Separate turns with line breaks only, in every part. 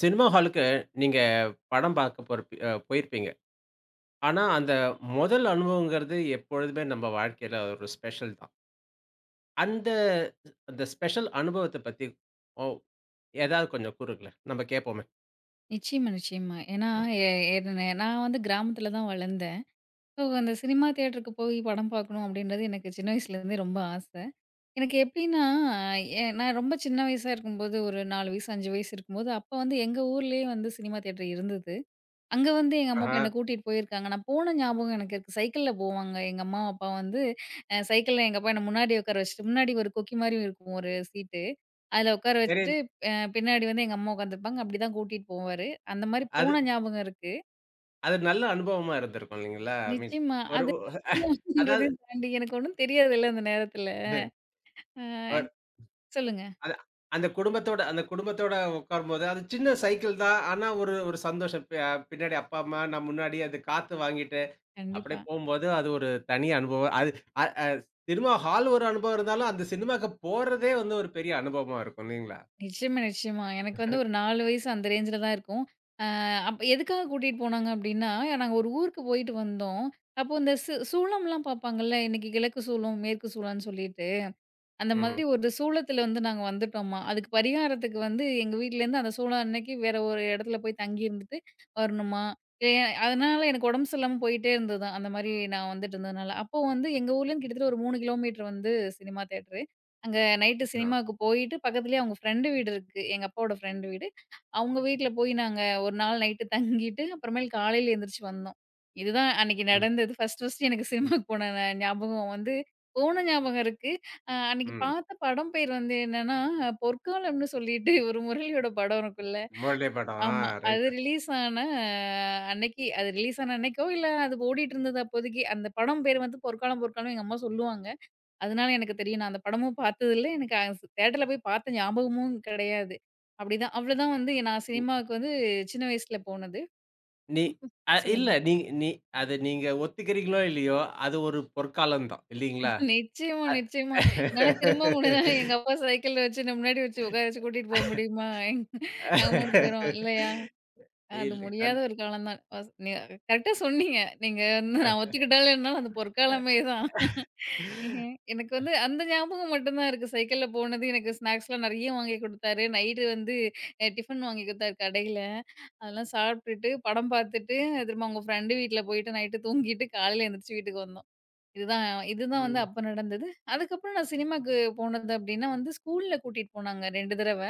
Cinema ஹாலுக்கு நீங்க படம் பார்க்க போறப்ப போயிருப்பீங்க. ஆனா, அந்த முதல் அனுபவங்கிறது எப்பொழுதுமே நம்ம வாழ்க்கையில ஒரு ஸ்பெஷல் தான். அந்த அந்த ஸ்பெஷல் அனுபவத்த பத்தி ஒ ஏதாவது கொஞ்சம் கூறுங்களேன். நம்ம கேட்போமே.
நிச்சயமா, நிச்சயமா. ஏன்னா, எ என்ன நான் வந்து கிராமத்தில தான் வளர்ந்தேன். ஸோ, அந்த சினிமா தியேட்டருக்கு போய் படம் பார்க்கணும் அப்படின்றது எனக்கு சின்ன வயசுலேருந்தே ரொம்ப ஆசை. எனக்கு எப்படின்னா, நான் ரொம்ப சின்ன வயசா இருக்கும்போது, ஒரு 4 வயசு, 5 வயசு இருக்கும்போது, அப்போ வந்து எங்க ஊர்லேயே வந்து சினிமா தியேட்டர் இருந்தது. அங்க வந்து எங்க அம்மா, அப்பா
ஆஹா,
என்ன கூட்டிட்டு போயிருக்காங்க. நான் போன ஞாபகம் எனக்கு இருக்கு. சைக்கிள்ல போவாங்க. எங்க அம்மா, அப்பா வந்து சைக்கிள்ல எங்க அப்பா என்ன முன்னாடி உட்கார வச்சுட்டு முன்னாடி ஒரு கொக்கி மாரி இருக்கும் ஒரு சீட்டு. அதுல உட்கார
சரி.
வச்சுட்டு பின்னாடி வந்து எங்க அம்மா உட்காந்துருப்பாங்க. அப்படிதான் கூட்டிட்டு போவாரு. அந்த மாரி
அது
போன ஞாபகம் இருக்கு.
அது நல்ல அனுபவமா இருந்திருக்கும் இல்லைங்களா? ஐ மீன்
நிச்சயமா.
ஒரு
அது
ஒரு- அதாவது
தாண்டி எனக்கு ஒண்ணும் தெரியாதுல்ல அந்த நேரத்துல. அ
ஒரு
சொல்லுங்க.
அது அந்த குடும்பத்தோட உட்காரும்போது, அது சின்ன சைக்கிள் தான். ஆனா, ஒரு ஒரு சந்தோஷம். பின்னாடி அப்பா, அம்மா நான் முன்னாடி அது காத்து வாங்கிட்டு அப்படியே
கண்டிப்பா.
போம்போது, அது ஒரு தனி அனுபவம். அது அ அ சினிமா ஹால் ஒரு அனுபவம் இருந்தாலும், அந்த சினிமாக்கு போறதே வந்து ஒரு பெரிய அனுபவமா இருக்கும் இல்லீங்களா?
நிச்சயமா, நிச்சயமா. எனக்கு வந்து ஒரு 4 வயசு அந்த ரேஞ்சில தான் இருக்கும். அ அப்ப எதுக்காக கூட்டிட்டு போனாங்க அப்டின்னா, நாங்க ஒரு ஊருக்கு போயிட்டு வந்தோம். அப்போ இந்த சூளம்லாம் பாப்பாங்கல்ல, இன்னைக்கு கிழக்கு சூளம், மேற்கு சூளம்னு சொல்லிட்டு. அந்த
ம்ஹ்ம்.
மாதிரி ஒரு சூளத்துல வந்து நாங்க வந்துட்டோம்மா. அதுக்கு பரிகாரத்துக்கு வந்து எங்க வீட்லேருந்து அந்த சூளம் அன்னைக்கு வேற ஒரு இடத்துல போய் தங்கி இருந்துட்டு வரணுமா, ஏ அதனால எனக்கு உடம்பு சரியில்லாம போயிட்டே இருந்ததாம். அந்த மாரி நான் வந்துட்டு இருந்ததுனால. அப்போ வந்து எங்க ஊர்லேருந்து கிட்டத்தட்ட ஒரு 3 கிலோமீட்டர் வந்து சினிமா தியேட்டரு. அங்க நைட்டு
ஆ.
சினிமாவுக்கு போயிட்டு பக்கத்துலயே அவங்க ஃப்ரெண்டு வீடு இருக்கு. எங்க அப்பாவோட ஃப்ரெண்டு வீடு. அவங்க வீட்ல போய் நாங்க ஒரு நாள் நைட்டு தங்கிட்டு, அப்புறமேல் காலையில எந்திரிச்சு வந்தோம். இதுதான் அன்னைக்கு
ம்.
நடந்தது. ஃபர்ஸ்ட் ஃபர்ஸ்ட் எனக்கு
ம்.
சினிமாக்கு போன ஞாபகம் வந்து போன ஞாபகம் இருக்கு. அன்னைக்கு
ம்.
பார்த்த படம் பேர் வந்து என்னன்னா, பொற்காலம்னு சொல்லிட்டு ஒரு முரளியோட படம் இருக்குல்ல.
முரளி படம். ஆ,
ஆமா. அது
ரைட்டு.
ரிலீஸ் ஆன அன்னைக்கு அது ரிலீஸ் ஆன அன்னைக்கோ, இல்ல அது ஓடிட்டுருந்தது அப்போதைக்கு. அந்த படம் பேர் வந்து பொற்காலம், பொற்காலம்னு எங்க அம்மா சொல்லுவாங்க. அதனால எனக்கு தெரியும். நான் அந்த படமும் பார்த்ததில்ல. எனக்கு தியேட்டர்ல போய் பார்த்த ஞாபகமும் கிடையாது. அப்படிதான் அவ்வளதான் வந்து நான்
ம்.
சினிமாவுக்கு வந்து சின்ன வயசுல போனது.
நீ அ இல்ல.
சொல்லுங்க.
நீ நீ அது நீங்க ஒத்துக்கிறீங்களோ இல்லையோ, அது ஒரு பொற்காலம் தான் இல்லீங்களா?
நிச்சயமா,
அ
நிச்சயமா. என்னால திரும்ப முடிஞ்சா எங்க அப்பா சைக்கிள்ல வச்சு என்ன முன்னாடி வச்சு உட்கார வச்சு கூட்டிட்டு போக முடியுமா? எங்க- நாங்க 3 பேரும் இல்லையா? அது
இல்ல.
முடியாத
கண்
ஒரு காலம் தான். நீ கரெக்ட்டா சொன்னீங்க. நீங்க வந்து நான்
அ.
ஒத்துக்கிட்டாலும் என்னால அது பொற்காலமே தான். ஏன், எனக்கு வந்து அந்த ஞாபகம் மட்டும் தான் இருக்கு. சைக்கிள்ல போனது எனக்கு ஸ்நாக்ஸ்லாம் நெறைய வாங்கி குடுத்தாரு. நைட்டு வந்து டிஃபன் வாங்கி குடுத்தாரு கடையில. அதெல்லாம் சாப்பிட்டுட்டு, படம் பார்த்துட்டு, திரும்ப அவங்க ஃப்ரெண்டு வீட்ல போயிட்டு நைட்டு தூங்கிட்டு காலையில எந்திரிச்சு வீட்டுக்கு வந்தோம். இதுதான் இதுதான் வந்து
ம்.
அப்ப நடந்தது. அதுக்கப்புறம் நான் சினிமாக்கு போனது அப்டின்னா வந்து ஸ்கூல்ல கூட்டிட்டு போனாங்க 2 தடவ.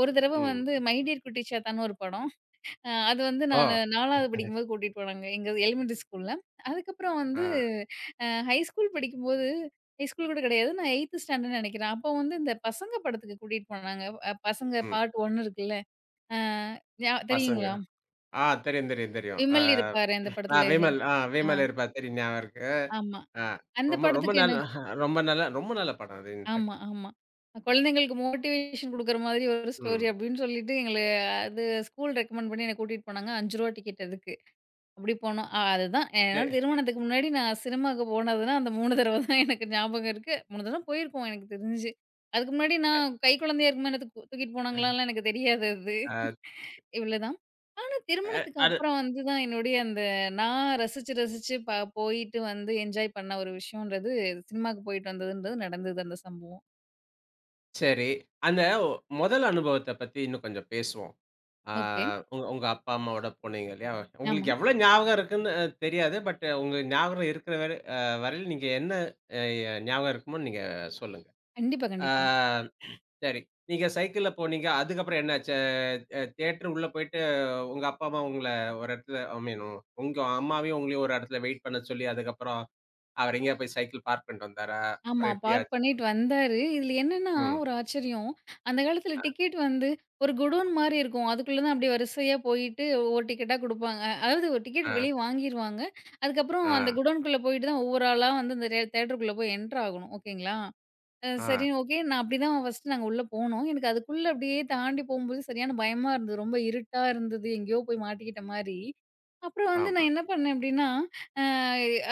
ஒரு தடவ
ம்.
வந்து "மை டியர் குட்டி ஷேத்தான்னு" ஒரு படம். அது வந்து
ஓ!
நானு 4வது படிக்கும்போது கூட்டிட்டு போனாங்க எங்க எலிமெண்டரி ஸ்கூல்ல. அதுக்கப்புறம் வந்து
ஆ.
ஹை ஸ்கூல் படிக்கும்போது ஹை ஸ்கூல் கூட கிடையாது. நான் 8த் ஸ்டாண்டர்ட்ன்னு நெனைக்கிறேன். அப்போ வந்து இந்த பசங்க படத்துக்கு கூட்டிட்டு போனாங்க. பசங்க
ம்.
பார்ட் 1 இருக்குல்ல. அ ஞா
பசங்க.
தெரியுங்களா?
ஆ, தெரியும், தெரியும், தெரியும். ஆ.
விமல் இருப்பாரு அந்த
ஆ
படத்துல. ஹீ
வேமல் ஆ
ஆ
வேமல் இருப்பார். தெரியும், ஞாபகம் இருக்கு.
ஆமா.
ஆ,
அந்த
ரொம்ப ரொம்ப
படத்துக்கு என்ன
நல்ல, ரொம்ப நல்ல, ரொம்ப நல்ல படம் அது
ஆமா,
இன்ஃபாக்ட்.
ஆமா. குழந்தைங்களுக்கு மோட்டிவேஷன் குடுக்குற மாதிரி ஒரு ஸ்டோரி
ம்.
அப்படின்னு சொல்லிட்டு எங்கள அது ஸ்கூல் ரெக்கமெண்ட் பண்ணி என்ன கூட்டிட்டு போனாங்க. ரூ. 5 டிக்கெட் அதுக்கு. அப்படி போனோம். அதுதான்
சரி.
என்னோட திருமணத்துக்கு முன்னாடி நான் சினிமாவுக்கு போனதுன்னா, அந்த 3 தடவ தான் எனக்கு ஞாபகம் இருக்கு. 3 தடவ போயிருக்கோம் எனக்கு தெரிஞ்சு. அதுக்கு முன்னாடி நான் கை குழந்தையா இருக்கும்போது என்ன தூக்கிட்டு போனாங்களான்லாம் எனக்கு தெரியாது அது.
அ
இவ்வளதான். ஆனா திருமணத்துக்கு
அது
அப்புறம் வந்து தான் என்னுடைய அந்த நான் ரசிச்சு ரசிச்சு போயிட்டு வந்து என்ஜாய் பண்ண ஒரு விஷயம்ன்றது சினிமாவுக்கு போயிட்டு வந்ததுன்றது நடந்தது அந்த சம்பவம்.
சரி. அந்த முதல் அனுபவத்த பத்தி இன்னும் கொஞ்சம் பேசுவோம். ஆ,
ஓகே.
உங்க உங்க அப்பா, அம்மாவோட போனீங்க இல்லையா?
ஆமா.
உங்களுக்கு எவ்வளோ ஞாபகம் இருக்குன்னு தெரியாது. பட் உங்க ஞாபகம் இருக்கிற வரையில நீங்க என்ன அ ஞாபகம் இருக்குமோ நீங்க சொல்லுங்க.
கண்டிப்பா,
ஆ.
கண்டிப்பா.
சரி. நீங்க சைக்கிள்ல போனீங்க. அதுக்கப்புறம் என்னாச்சு? தியேட்டர் உள்ள போயிட்டு உங்க அப்பா, அம்மா உங்கள ஒரு இடத்துல ஐ மீன் உங்க அம்மாவையும் உங்களையும் ஒரு இடத்துல வெயிட் பண்ண சொல்லி, அதுக்கப்புறம் அவர் எங்கேயா போய் சைக்கிள் பார்க் பண்ணிட்டு வந்தாரா?
ஆமா.
அப்புறம் எப்படி
பார்க்
ஆச்சு?
பண்ணிட்டு வந்தாரு. இதுல என்னன்னா
ம்.
ஒரு ஆச்சரியம். அந்த காலத்துல டிக்கெட் வந்து ஒரு குடோன் மாரி இருக்கும். அதுக்குள்ள தான் அப்படியே வரிசையா போயிட்டு ஒவ்வொரு டிக்கெட்டா குடுப்பாங்க. அதாவது ஒரு டிக்கெட்
ஆ,
வெளிய வாங்கிருவாங்க. அதுக்கப்புறம் அந்த
ஆ,
குடோன்குள்ள போயிட்டு தான் ஒவ்வொரு ஆளா வந்து அந்த தியேட்டருக்குள்ள போய் என்டர் ஆகணும். ஓகேங்களா?
ஆ.
சரின்னு ஓகே. நான் அப்படிதான் ஃபர்ஸ்ட் நாங்க உள்ள போனோம். எனக்கு அதுக்குள்ள அப்படியே தாண்டி போகும்போது சரியான பயமா இருந்தது. ரொம்ப இருட்டா இருந்தது. எங்கேயோ போய் மாட்டிக்கிட்ட மாரி. அப்புறம் வந்து
ஆமா,
நான் என்ன பண்ணேன் அப்படின்னா, அ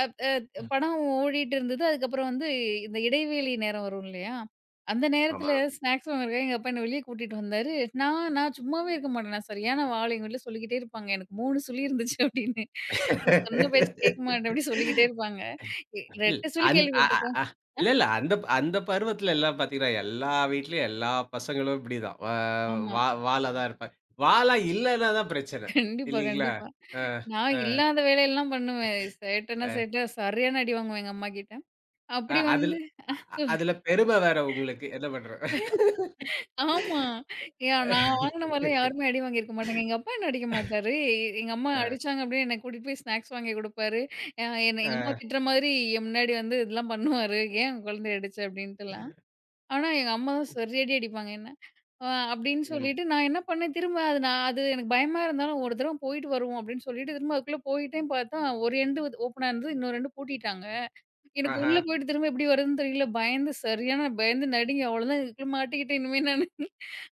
அப் அ படம் ஓடிட்டு இருந்தது. அதுக்கப்புறம் வந்து இந்த இடைவேளை நேரம் வரும் இல்லையா? அந்த நேரத்தில
ஆமா.
ஸ்நாக்ஸ் வாங்குறதுக்காக எங்க அப்பா என்ன வெளிய கூட்டிட்டு வந்தாரு. நான் நான் சும்மாவே இருக்க மாட்டேன். நான் சரியான வாள். எங்க வீட்ல சொல்லிக்கிட்டே இருப்பாங்க. எனக்கு 3 சுழி இருந்துச்சு அப்படின்னு. நான் சொன்ன பேச்ச கேட்க மாட்டேன். அப்படி சொல்லிக்கிட்டே இருப்பாங்க.
இல்
ரெட்ட சுழி
அந் அ அ
கேள்விப்பட்டுருக்கோம்.
அ இல்ல, இல்ல. அந்த பருவத்துல எல்லாம் பார்த்தீங்கன்னா, எல்லா வீட்லயும் எல்லா பசங்களும் இப்படிதான். வ
ஆமா.
வா வாலா தான் இருப்பாங்க. வாலா இல்லன்னா தான் பிரச்சனை.
கண்டிப்பா,
இல்லீங்களா?
கண்டிப்பா.
அ,
நான்
அ.
இல்லாத வேலையெல்லாம் பண்ணுவேன். சேட்டன்னா சேட்ட, சரியான அடி வாங்குவேன் எங்க அம்மாகிட்ட.
அ
அப்படி
அதுல
வந்து
அ அதுல பெருமை வேற உங்களுக்கு. என்ன பண்றது?
ஆமா. யா நான் வாங்கின மாரிலாம் யாருமே அடி வாங்கியிருக்க மாட்டாங்க. எங்க அப்பா என்ன அடிக்க மாட்டாரு. எங்க அம்மா
அ,
அடிச்சாங்க அப்படின்னு என்ன கூட்டிட்டு போய் ஸ்நாக்ஸ் வாங்கி குடுப்பாரு. என்ன எங்க அம்மா
அ,
திட்டுற மாதிரி என் முன்னாடி வந்து இதெல்லாம் பண்ணுவாரு. "ஏன் உன் குழந்தைய அடிச்ச?" அப்படின்ட்டுலாம். ஆனா எங்க அம்மா தான் சரி அடி அடிப்பாங்க என்ன. அப்படின்னு
ம்.
சொல்லிட்டு நான் என்ன பண்ணேன், திரும்ப அது நான் அது எனக்கு பயமா இருந்தாலும் ஒரு தடவ போயிட்டு வருவோம் அப்படின்னு சொல்லிட்டு, திரும்ப அதுக்குள்ள போயிட்டேன் பார்த்தா, ஒரு எண்டு வந்து ஓப்பனா இருந்தது. இன்னொரு எண்டு பூட்டிட்டாங்க. எனக்கு
ஆஹா.
உள்ள போயிட்டு திரும்ப எப்படி வருதுன்னு தெரியல. பயந்து சரியான பயந்து நடுங்கி அவ்வளோதான் இதுக்குள்ள மாட்டிக்கிட்டேன் இனிமே நானு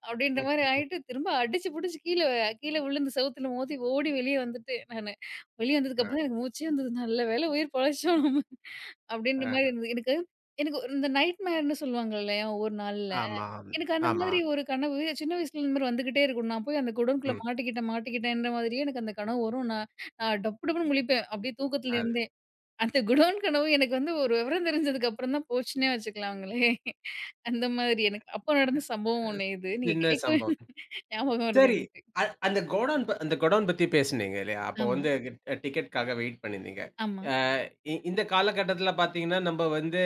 அப்படின்ற
ம்.
மாரி ஆயிட்டு, திரும்ப அடிச்சு புடிச்சு கீழ கீழ விழுந்து செவுத்துல மோதி ஓடி வெளிய வந்துட்டேன் நானு. வெளிய
அ,
வந்ததுக்கப்புறம் எனக்கு மூச்சே வந்தது. நல்ல வேளை உயிர் பொழைச்சோம் நம்ம அப்படின்ற மாரி
அ.
இருந்தது. எனக்கு எனக்கு ஒரு இந்த நைட்மேர்ன்னு சொல்லுவாங்க இல்லையா? ஒரு நாள்ல.
ஆமா,
எனக்கு அந்த
ஆமா.
மாதிரி ஒரு கனவு சின்ன வயசுல இந்த மாதிரி வந்துகிட்டே இருக்கும். நான் போய் அந்த குடோன்குள்ள
ம்.
மாட்டிக்கிட்டேன், மாட்டிக்கிட்டேன்ற மாதிரியே எனக்கு அந்த கனவு வரும். நான் நான் டப்பு டப்புன்னு முழிப்பேன். அப்படியே தூக்கத்துல
அது
இருந்தே. அந்த குடோன் கனவு எனக்கு வந்து ஒரு விவரம் தெரிஞ்சதுக்கு அப்புறம் தான் போச்சுன்னே வச்சுக்கலாங்களே. அந்த மாதிரி எனக்கு அப்போ நடந்த சம்பவம் ஒண்ணு இது. நீங்க
சின்ன
கேட்கவே
சம்பவம்.
ஞாபகம் வருது
சரி.
எனக்கு.
அ அந்த கோடவுன் ப அந்த கோடவுன் பத்தி பேசுனீங்க இல்லையா? அப்போ
ஆமா,
வந்து டிக்கெட்காக வெயிட் பண்ணியிருந்தீங்க.
ஆமா.
அ இ இந்த காலகட்டத்தில பார்த்தீங்கன்னா, நம்ப வந்து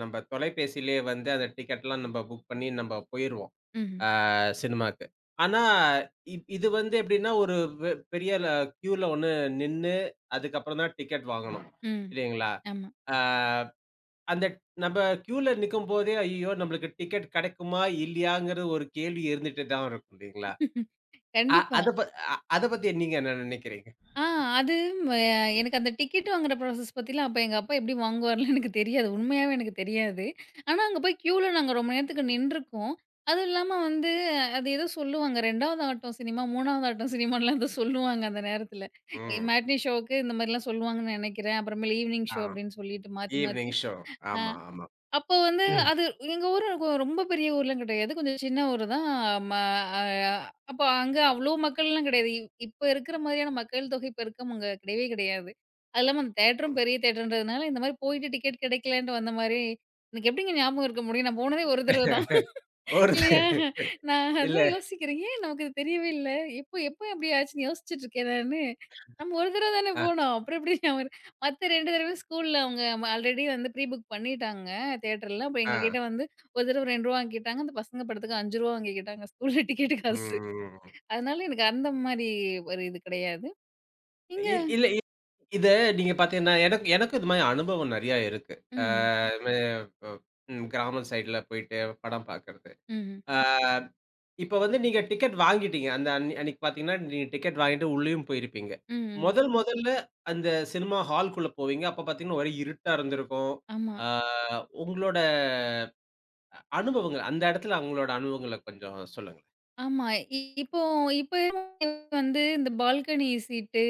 நம்ப தொலைபேசியிலேயே வந்து அந்த டிக்கெட்லாம் நம்ப புக் பண்ணி நம்ப போயிருவோம்.
ம்,
ஆ, சினிமாக்கு. ஆனா, இது வந்து எப்படின்னா, ஒரு பெரிய கியூல ஒண்ணு நின்னு, அதுக்கப்புறம் தான் டிக்கெட் வாங்கணும்.
ம்.
இல்லைங்களா?
ஆமா.
ஆ, அந்த நம்ப கியூல நிக்கும்போதே, ஐயய்யோ! நம்மளுக்கு டிக்கெட் கெடைக்குமா? இல்லையாங்கிற ஒரு கேள்வி இருந்துட்டு தான் இருக்கும் இல்லைங்களா? அ
கண்டிப்பா.
அத ப அ அத பத்தி நீங்க என்ன நெனைக்கிறீங்க?
ஆ அது ம எனக்கு அந்த டிக்கெட் வாங்குற ப்ராசஸ் பத்திலாம் அப்ப எங்க அப்பா எப்படி வாங்குவார்லாம் எனக்கு தெரியாது. உண்மையாவே எனக்கு தெரியாது. ஆனா, அங்க போய் கியூல நாங்க ரொம்ப நேரத்துக்கு நின்றுருக்கோம். அதுவும் இல்லாம வந்து அது ஏதோ சொல்லுவாங்க. 2வது ஆட்டம் சினிமா, 3வது ஆட்டம் சினிமான்லாம் ஏதோ சொல்லுவாங்க அந்த நேரத்துல.
ம்.
மேட்னி ஷோவுக்கு இந்த மாரிலாம் சொல்லுவாங்கன்னு நெனைக்கிறேன். அப்புறமேல் ஈவினிங்
ஆ.
ஷோ அப்படின்னு சொல்லிட்டு மாத்தி மாத்தி
ஈவ்னிங் ஷோ.
ஆ.
ஆமா, ஆமா.
அப்போ வந்து அது எங்க ஊரு ரொம்ப பெரிய ஊர்லாம் கிடையாது. கொஞ்சம் சின்ன ஊரு தான். ம அ அப்போ அங்க அவ்ளோ மக்கள்லாம் கிடையாது. இப்ப இருக்கிற மாதிரியான மக்கள் தொகை பெருக்கம் அங்க கிடையவே கிடையாது. அது இல்லாம அந்த தியேட்டரும் பெரிய தியேட்டர்ன்றதுனால, இந்த மாரி போயிட்டு டிக்கெட் கிடைக்கலன்ட்டு வந்த மாரி எனக்கு எப்படிங்க ஞாபகம் இருக்க முடியும்? நான் போனதே ஒரு தடவ தான்.
ஒரு
இல்லையா? நான்
இல்ல.
அதான் யோசிக்கிறேன். ஏன் நமக்கு இது தெரியவே இல்ல? எப்போ எப்போ இப்டி ஆச்சுன்னு யோசிச்சுட்டு இருக்கேன் நானு. நம்ம ஒரு தடவ தானே
அ,
போனோம். அப்புறம் எப்டி அவர் மத்த 2 தடவையும் ஸ்கூல்ல அவங்க ஆல்ரெடி வந்து ப்ரீ புக் பண்ணிட்டாங்க தியேட்டர்ல. அப்ப
ஆ.
எங்ககிட்ட வந்து ஒரு தடவ ரூ. 2 வாங்கிக்கிட்டாங்க. அந்த பசங்க படத்துக்கு ரூ. 5 வாங்கிக்கிட்டாங்க ஸ்கூல்ல டிக்கெட் காசு.
ம்.
அதனால எனக்கு அந்த மாரி ஒரு இது கிடையாது. இங்க
இல்ல. இத நீங்க பார்த்தீங்கன்னா, எனக்கு எனக்கும் இது மாரி அனுபவம் நெறையா இருக்கு. அ
ம்.
மெ ப ம் கிராம சைடுல போயிட்டு படம் பார்க்கறது.
ம்ஹ்ம்.
அ இப்ப வந்து நீங்க டிக்கெட் வாங்கிட்டீங்க. அந்த அன் அன்னைக்கு பார்த்தீங்கன்னா, நீங்க டிக்கெட் வாங்கிட்டு உள்ளயும் போயிருப்பீங்க.
ம்ஹ்ம். ம்.
முதல் முதல்ல அந்த சினிமா ஹால்க்குள்ள போவீங்க. அப்ப பார்த்தீங்கன்னா, ஒரே இருட்டா இருந்திருக்கும்.
ஆமா.
ஆ, உங்களோட அ அனுபவங்கள் அந்த இடத்துல உங்களோட அனுபவங்கள கொஞ்சம் சொல்லுங்க.
ஆமா. இப்போ இப்ப வந்து இந்த பால்கனி சீட்டு,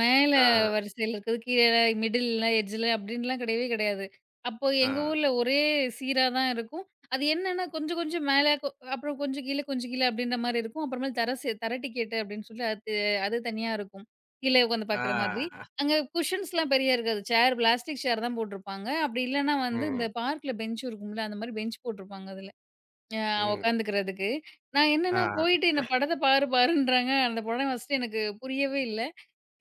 மேல
ஆ,
வரிசையில இருக்கிறது, கீழ மிடில்ல, எட்ஜ்ல அப்டின்லாம் கிடையவே கிடையாது. அப்போ எங்க
ஆ,
ஊர்ல ஒரே சீரா தான் இருக்கும். அது என்னன்னா கொஞ்சம் கொஞ்சம் மேல, அப்புறம் கொஞ்சம் கீழ, கொஞ்சம் கீழ அப்டின்ற மாரி இருக்கும். அப்புறமேல் தர டிக்கெட் அப்டின்னு சொல்லி அது அது தனியா இருக்கும். கீழ உட்காந்து பார்க்குற மாதிரி.
ஆ.
அங்க குஷன்ஸ்லாம் பெரிய இருக்காது. பிளாஸ்டிக் சேர் தான் போட்டிருப்பாங்க. அப்டி இல்லன்னா வந்து இந்த
ம்,
பார்க்ல பெஞ்ச் இருக்கும்ல, அந்த மாரி பெஞ்ச் போட்டிருப்பாங்க அதுல. அ
ம்.
உட்காந்துக்கிறதுக்கு. நான் என்னன்னா
ஆ.
போயிட்டு என்ன படத்த பாரு பாருன்றாங்க. அந்த படம் ஃபர்ஸ்ட்டு எனக்கு புரியவே இல்ல.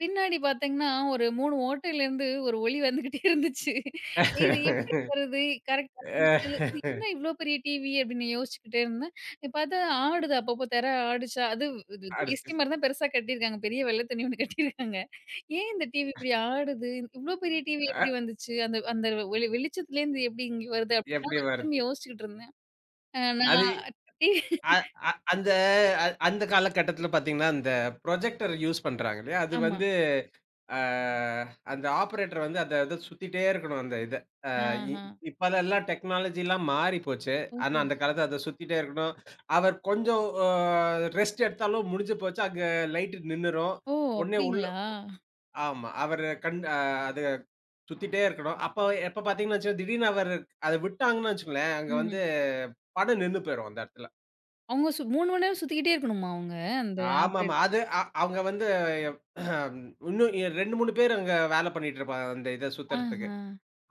பின்னாடி பார்த்தீங்கன்னா, ஒரு 3 ஓட்டையிலேருந்து ஒரு ஒளி வந்துகிட்டே இருந்துச்சு. இது எப்படி வருது? கரெக்ட்டா இது
அ.
இது என்ன இவ்ளோ பெரிய டிவி அப்படின்னு யோசிச்சுக்கிட்டே இருந்தேன். பார்த்தா ஆடுது அப்பப்போ திரை ஆடுச்சா அது இது
அடு
வேஷ்டி மாரி தான் பெருசா கட்டியிருக்காங்க. பெரிய வெள்ள துணி ஒண்ணு கட்டியிருக்காங்க. ஏன் இந்த டிவி இப்படி ஆடுது? இவ்ளோ பெரிய டிவி எப்படி
அ
வந்துச்சு? அந்த அந்த வெளிச்சத்துலேருந்து எப்படி இங்க வருது? அப்படிலாம்
எப்படி
நான்
வருது?
திரும்பி யோசிச்சுக்கிட்டு இருந்தேன். அ
அது
நான் டி
அ அ அந்த அ அந்த காலகட்டத்தில பார்த்தீங்கன்னா, அந்த ப்ரொஜெக்டர் யூஸ் பண்றாங்க இல்லையா? அது
ஆமா.
வந்து அ அந்த ஆப்பரேட்டர் வந்து அத அத சுத்திட்டே இருக்கணும் அந்த இத. அ இ
ஆஹா.
இப்பலலாம் டெக்னாலஜிலாம் மாறி போச்சு. ஆனா
ஓஹோ!
அந்த காலத்தில அத சுத்திட்டே இருக்கணும். அவர் கொஞ்சம் ரெஸ்ட் எடுத்தாலும் முடிஞ்சு போச்சு. அங்க லைட் நின்னுரும்.
ஓ!
உடனே உள்ள.
அப்டிங்களா?
ஆமா. அவரு கண் அ அது சுத்திட்டே இருக்கணும். அப்ப எப்ப பார்த்தீங்கன்னு வச்சுக்கோங்க, திடீர்னு அவரு அத விட்டாங்கன்னு வச்சுக்கோங்களேன், அங்க
ம்ஹ்ம்.
வந்து படம் நின்னு போயிரும் அந்த இடத்துல.
அவங்க 3 மணி நேரம் சுத்திக்கிட்டே இருக்கணுமா அவங்க? அந்த
ஆமாமா.
ஆப்ரேட்
அது அ அவங்க வந்து அஹ், இன்னும் 2, 3 பேர் அங்க வேல பண்ணிட்டு இருப்பாங்க. அந்த இத சுத்துறதுக்கு.
ஆஹா.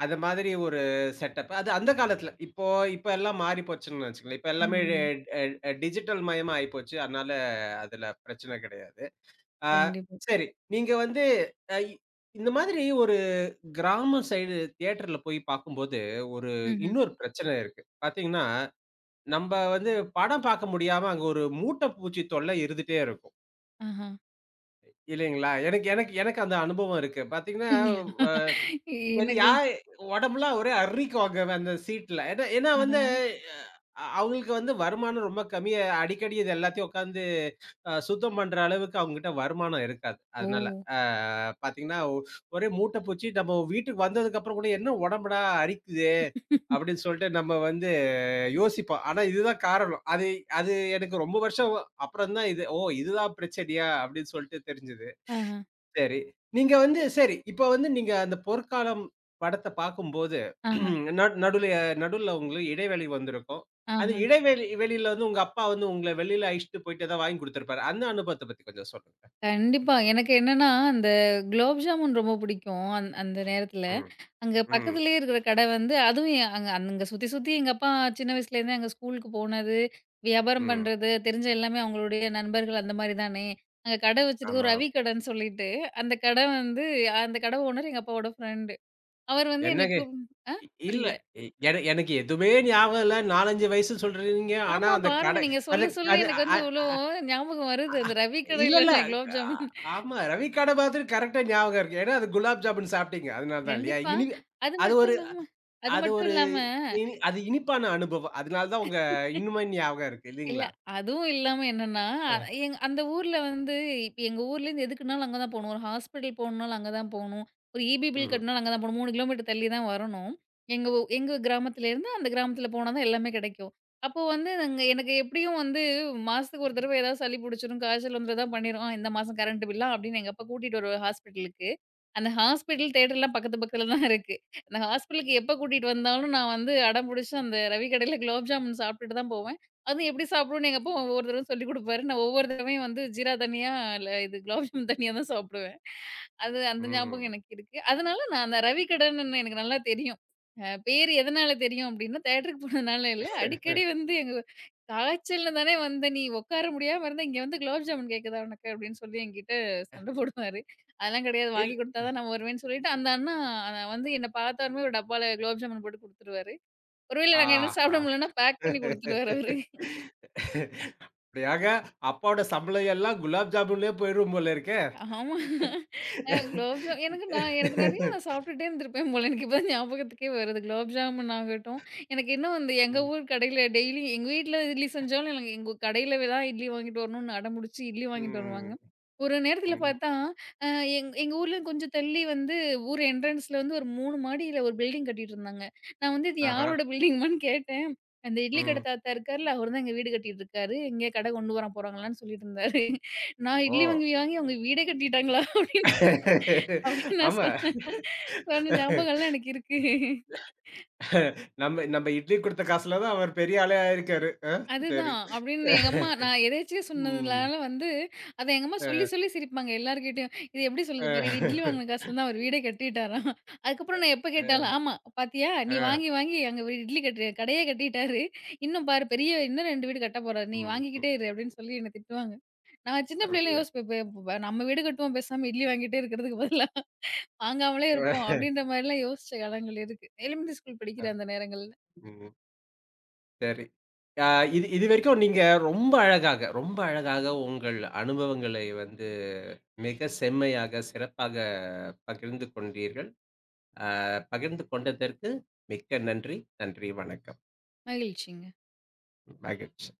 அது மாதிரி ஒரு செட்டப். அது அந்த காலத்துல. இப்ப எல்லாம் மாறி போச்சுன்னு வச்சுக்கங்களேன். இப்ப எல்லாமே எ
ம்.
எ டிஜிட்டல் மயமா ஆயிப்போச்சு. அதனால அதுல பிரச்சனை கிடையாது. ஆ.
கண்டிப்பா.
சரி. நீங்க வந்து, அ இந்த மாதிரி ஒரு கிராம சைடு தியேட்டர்ல போய் பார்க்கும்போது, ஒரு
ம்ஹ்ம்.
இன்னொரு பிரச்சனை இருக்கு. பார்த்தீங்கன்னா, நம்ப வந்து படம் பார்க்க முடியாம அங்க ஒரு மூட்டை பூச்சி தொல்லை இருந்துட்டே இருக்கும்.
ஆஹா.
இல்லைங்களா? எனக்கு எனக்கு எனக்கு அந்த அனுபவம் இருக்கு. பார்த்தீங்கன்னா,
அப்டிங்களா?
வ சரி
எனக்கு
யா உடம்புலாம் ஒரே அர்றிக்குவாங்க அந்த சீட்ல. ஏன்னா ஏன்னா
ஆஹா.
வந்து, அவங்களுக்கு வந்து வருமானம் ரொம்ப கம்மியா அடிக்கடி இது எல்லாத்தையும் உட்காந்து சுத்தம் பண்ற அளவுக்கு அவங்ககிட்ட வருமானம் இருக்காது.
ஓ!
அதனால அ பார்த்தீங்கன்னா, ஒரே மூட்ட பூச்சி நம்ம வீட்டுக்கு வந்ததுக்கப்புறம் கூட "என்ன உடம்புடா அரிக்குதே!" அப்படின்னு சொல்லிட்டு நம்ம வந்து யோசிப்போம். ஆனா இதுதான் காரணம். அது அது எனக்கு ரொம்ப வருஷம் அப்புறம் தான் இது, "ஓ! இதுதான் பிரச்சனையா?" அப்படின்னு சொல்லிட்டு தெரிஞ்சது.
ஆஹா.
சரி. நீங்க வந்து சரி. இப்ப வந்து நீங்க அந்த பொற்காலம் படத்த பார்க்கும்போது,
ஆஹா.
நட் நடுல நடுவுல உங்களுக்கு இடைவேளை வந்திருக்கும். அந்த
ஆஹா.
இடைவெளி வெளியில வந்து உங்க அப்பா வந்து உங்கள வெளியில அழைச்சுட்டு போயிட்டு ஏதாவது வாங்கி குடுத்திருப்பாரு. அந்த அனுபவத்த பத்தி கொஞ்சம் சொல்லுங்க.
கண்டிப்பா. எனக்கு என்னன்னா, அந்த குலாப் ஜாமுன் ரொம்ப பிடிக்கும். அந்த நேரத்தில.
ம்,
அங்க
ம்,
பக்கத்திலேயே இருக்கிற கடை வந்து அதுவும் அங்க அங்க சுத்தி சுத்தி எங்க அப்பா சின்ன வயசுலேருந்தே அங்க ஸ்கூலுக்கு போனது, வியாபாரம்
ம்.
பண்றது, தெரிஞ்ச எல்லாமே அவங்களுடைய நண்பர்கள் அந்த மாரி தானே. அங்க கடை வச்சிருக்க ஒரு
ஆமா.
ரவி கடைன்னு சொல்லிட்டு, அந்த கடை வந்து அந்த கடை ஓனர் எங்க அப்பாவோட ஃப்ரெண்டு. அவர் வந்து என்ன
என்னங்க
கூப் ஆ
இல்ல.
புரியல.
இ- என எனக்கு எதுவுமே ஞாபகம் இல்ல. 4, 5 வயசு சொல்றீங்க. ஆனா
ஆமா
அந்த
பாருங்க.
கடை
நீங்க
அது
சொல்ல சொல்ல
அது
எனக்கு
அ
வந்து
அ
இவ்ளோ ஞாபகம் வருது.
அ-
அந்த ரவி
இல்ல, இல்ல.
கடையில குலாப் ஜாமுன்
அ- ஆமா. ரவி கடை மாதிரி கரெக்ட்டா ஞாபகம் இருக்கு. ஏன்னா அது குலாப் ஜாமுன் சாப்பிட்டீங்க. அதனால தான் இல்லையா?
கண்டிப்பா.
இனி
அது
அது
மட்டும்
ஒரு
இல்லாம அது
அது
மட்டும்
ஒரு
இல்லாம,
இனி அது இனிப்பான அனுபவம். அதனால தான் உங்க இன்னுமே ஞாபகம் இருக்கு
இல்ல.
இல்லீங்களா?
அதுவும் இல்லாம என்னன்னா, அ
அ.
அந்த ஊர்ல வந்து இப்ப எங்க ஊர்லேருந்து எதுக்குனாலும் அங்க தான் போணும். ஒரு ஹாஸ்பிட்டல் போணுனாலும் அங்க தான் போணும். ஒரு ஈபி பில்
ம்ஹ்ம்.
கட்டினாலும் அங்க தான் போணும். 3 கிலோமீட்டர் தள்ளி தான் வரணும். எங்க கிராமத்துலேருந்து அந்த கிராமத்துல போனா தான் எல்லாமே கிடைக்கும். அப்போ வந்து நாங்க எனக்கு எப்படியும் வந்து மாசத்துக்கு ஒரு தடவ ஏதாவது சளி புடிச்சிரும், காய்ச்சல் வந்துற தான் பண்ணிரும். "ஆ இந்த மாசம் கரண்ட் பில்லா?" அப்படின்னு எங்க அப்பா கூட்டிட்டு வருவாரு ஹாஸ்பிட்டலுக்கு. அந்த ஹாஸ்பிட்டல், தியேட்டர்லாம் பக்கத்து பக்கத்துல தான் இருக்கு. அந்த ஹாஸ்பிட்டலுக்கு எப்ப கூட்டிட்டு வந்தாலும் நான் வந்து அடம் புடிச்சு அந்த ரவி கடையில குலாப் ஜாமுன் சாப்பிட்டுட்டு தான் போவேன். அது எப்படி சாப்பிடுவோம்னு எங்க அப்பா ஒவ்வொரு தடவை சொல்லிக் குடுப்பாரு. நான் ஒவ்வொரு தடவையும் வந்து ஜீரா தனியா, இல்ல இது குலாப் ஜாமுன் தனியா தான் சாப்பிடுவேன். அது அந்த ஞாபகம்
ம்.
எனக்கு இருக்கு. அதனால நான் அந்த ரவி கடன்னு எனக்கு நல்லா தெரியும். பேரு எதனால தெரியும் அப்டின்னா, தியேட்டருக்கு போனதுனால இல்ல. அடிக்கடி வந்து எங்க "காய்ச்சல்ல தானே வந்த நீ உட்கார முடியாம இருந்த, இங்க வந்து குலாப் ஜாமுன் கேட்குதா உனக்கு?" அப்படின்னு சொல்லி என்கிட்ட சண்ட போடுவாரு. அதெல்லாம் கிடையாது.
இல்
வாங்கி குடுத்தா தான் நான் வருவேன்னு சொல்லிட்டு, அந்த அண்ணா வந்து என்ன பார்த்த உடனே ஒரு டப்பால குலாப் ஜாமுன் போட்டு குடுத்துருவாரு. ஒருவேள நாங்க என்ன சாப்பிட
ஆஹா!
முடியலன்னா பேக் பண்ணி குடுத்துருவாரு அவரு.
அப்படியாக அப்பாவோட சம்பளம் எல்லாம் குலாப் ஜாமுன்லயே போயிரும் போல இருக்கே.
ஆமா. குலாப் ஜாம் எனக்கு நான் எனக்கு நெறைய நான் சாப்பிட்டுட்டே இருந்திருப்பேன் போல. எனக்கு இப்பதான் ஞாபகத்துக்கே வருது. குலாப் ஜாமுன் ஆகட்டும், எனக்கு இன்னும் வந்து எங்க
ம்.
ஊர் கடையில டெய்லி எங்க வீட்ல இட்லி செஞ்சாலும் எனக்கு எங்க கடையில தான் இட்லி வாங்கிட்டு வரணும்னு அடம்புடிச்சு இட்லி வாங்கிட்டு வருவாங்க.
ம்.
ஒரு நேரத்தில
ம்.
பார்த்தா, அ எங்க ஊர்ல கொஞ்சம் தள்ளி வந்து ஊர் என்ட்ரன்ஸ்ல வந்து ஒரு 3 மாடியில ஒரு பில்டிங் கட்டிட்டு இருந்தாங்க. நான் வந்து இது
ஆஹா.
யாரோட பில்டிங்மான்னு கேட்டேன். அந்த இட்லி கடை
ம்.
தாத்தா இருக்கார்ல, அவரு தான் இங்க வீடு கட்டிட்டு இருக்காரு. இங்க கடை கொண்டு வர போறாங்களான்னு சொல்லிட்டு இருந்தாரு. நான்
ஓ!
இட்லி வாங்கி வாங்கி அவங்க வீடே கட்டிட்டாங்களா அப்படின்னு நான்
ஆமா.
சொன்னேன். சொன்ன ஞாபகம்லாம் எனக்கு இருக்கு.
நம்ம நம்ம இட்லி குடுத்த காசுல தான் அவர் பெரிய ஆளே ஆயிருக்காரு. சரி.
அதுதான். அப்படின்னு எங்க அம்மா நான் எதேர்ச்சியா
ம்.
சொன்னதுனால வந்து, அத எங்க அம்மா சொல்லி
அ,
சொல்லி சிரிப்பாங்க எல்லார்கிட்டயும். "இது எப்படி சொல்லுது பாரு, இது இட்லி
அ.
வாங்குன காசுல தான் அவர் வீடே கட்டிட்டாராம்." அதுக்கப்புறம் நான் எப்ப கேட்டாலும்,
அ.
"ஆமா பாத்தியா, நீ
ஆ.
வாங்கி வாங்கி அங்க ஒரு இட்லி கட்டு கடையே கட்டிட்டாரு. இன்னும் பாரு பெரிய இன்னும் 2 வீடு கட்டப் போறாரு. நீ
ம். ம்.
வாங்கிக்கிட்டே இரு." அப்படின்னு சொல்லி என்ன திட்டுவாங்க. நான் சின்ன பிள்ளையில
அப்படியா?
யோசிப்பேன், "இப்ப இப்ப நம்ம வீடு கட்டுவோம் பேசாம இட்லி வாங்கிட்டே இருக்கிறதுக்கு பதிலா வாங்காமலே இருப்போம்." அப்படின்ற மாரிலாம் யோசிச்ச காலங்கள் இருக்கு. எலிமெண்டரி ஸ்கூல் படிக்கிற அந்த நேரங்கள்ல.
ம். சரி. அ இது இதுவரைக்கும் நீங்க ரொம்ப அழகாக, ரொம்ப அழகாக உங்கள் அனுபவங்களை வந்து மிக செம்மையாக, சிறப்பாக பகிர்ந்து கொண்டீர்கள். அ பகிர்ந்து கொண்டதற்கு மிக்க நன்றி. நன்றி, வணக்கம்.
மகிழ்ச்சிங்க.
மகிழ்ச்சி.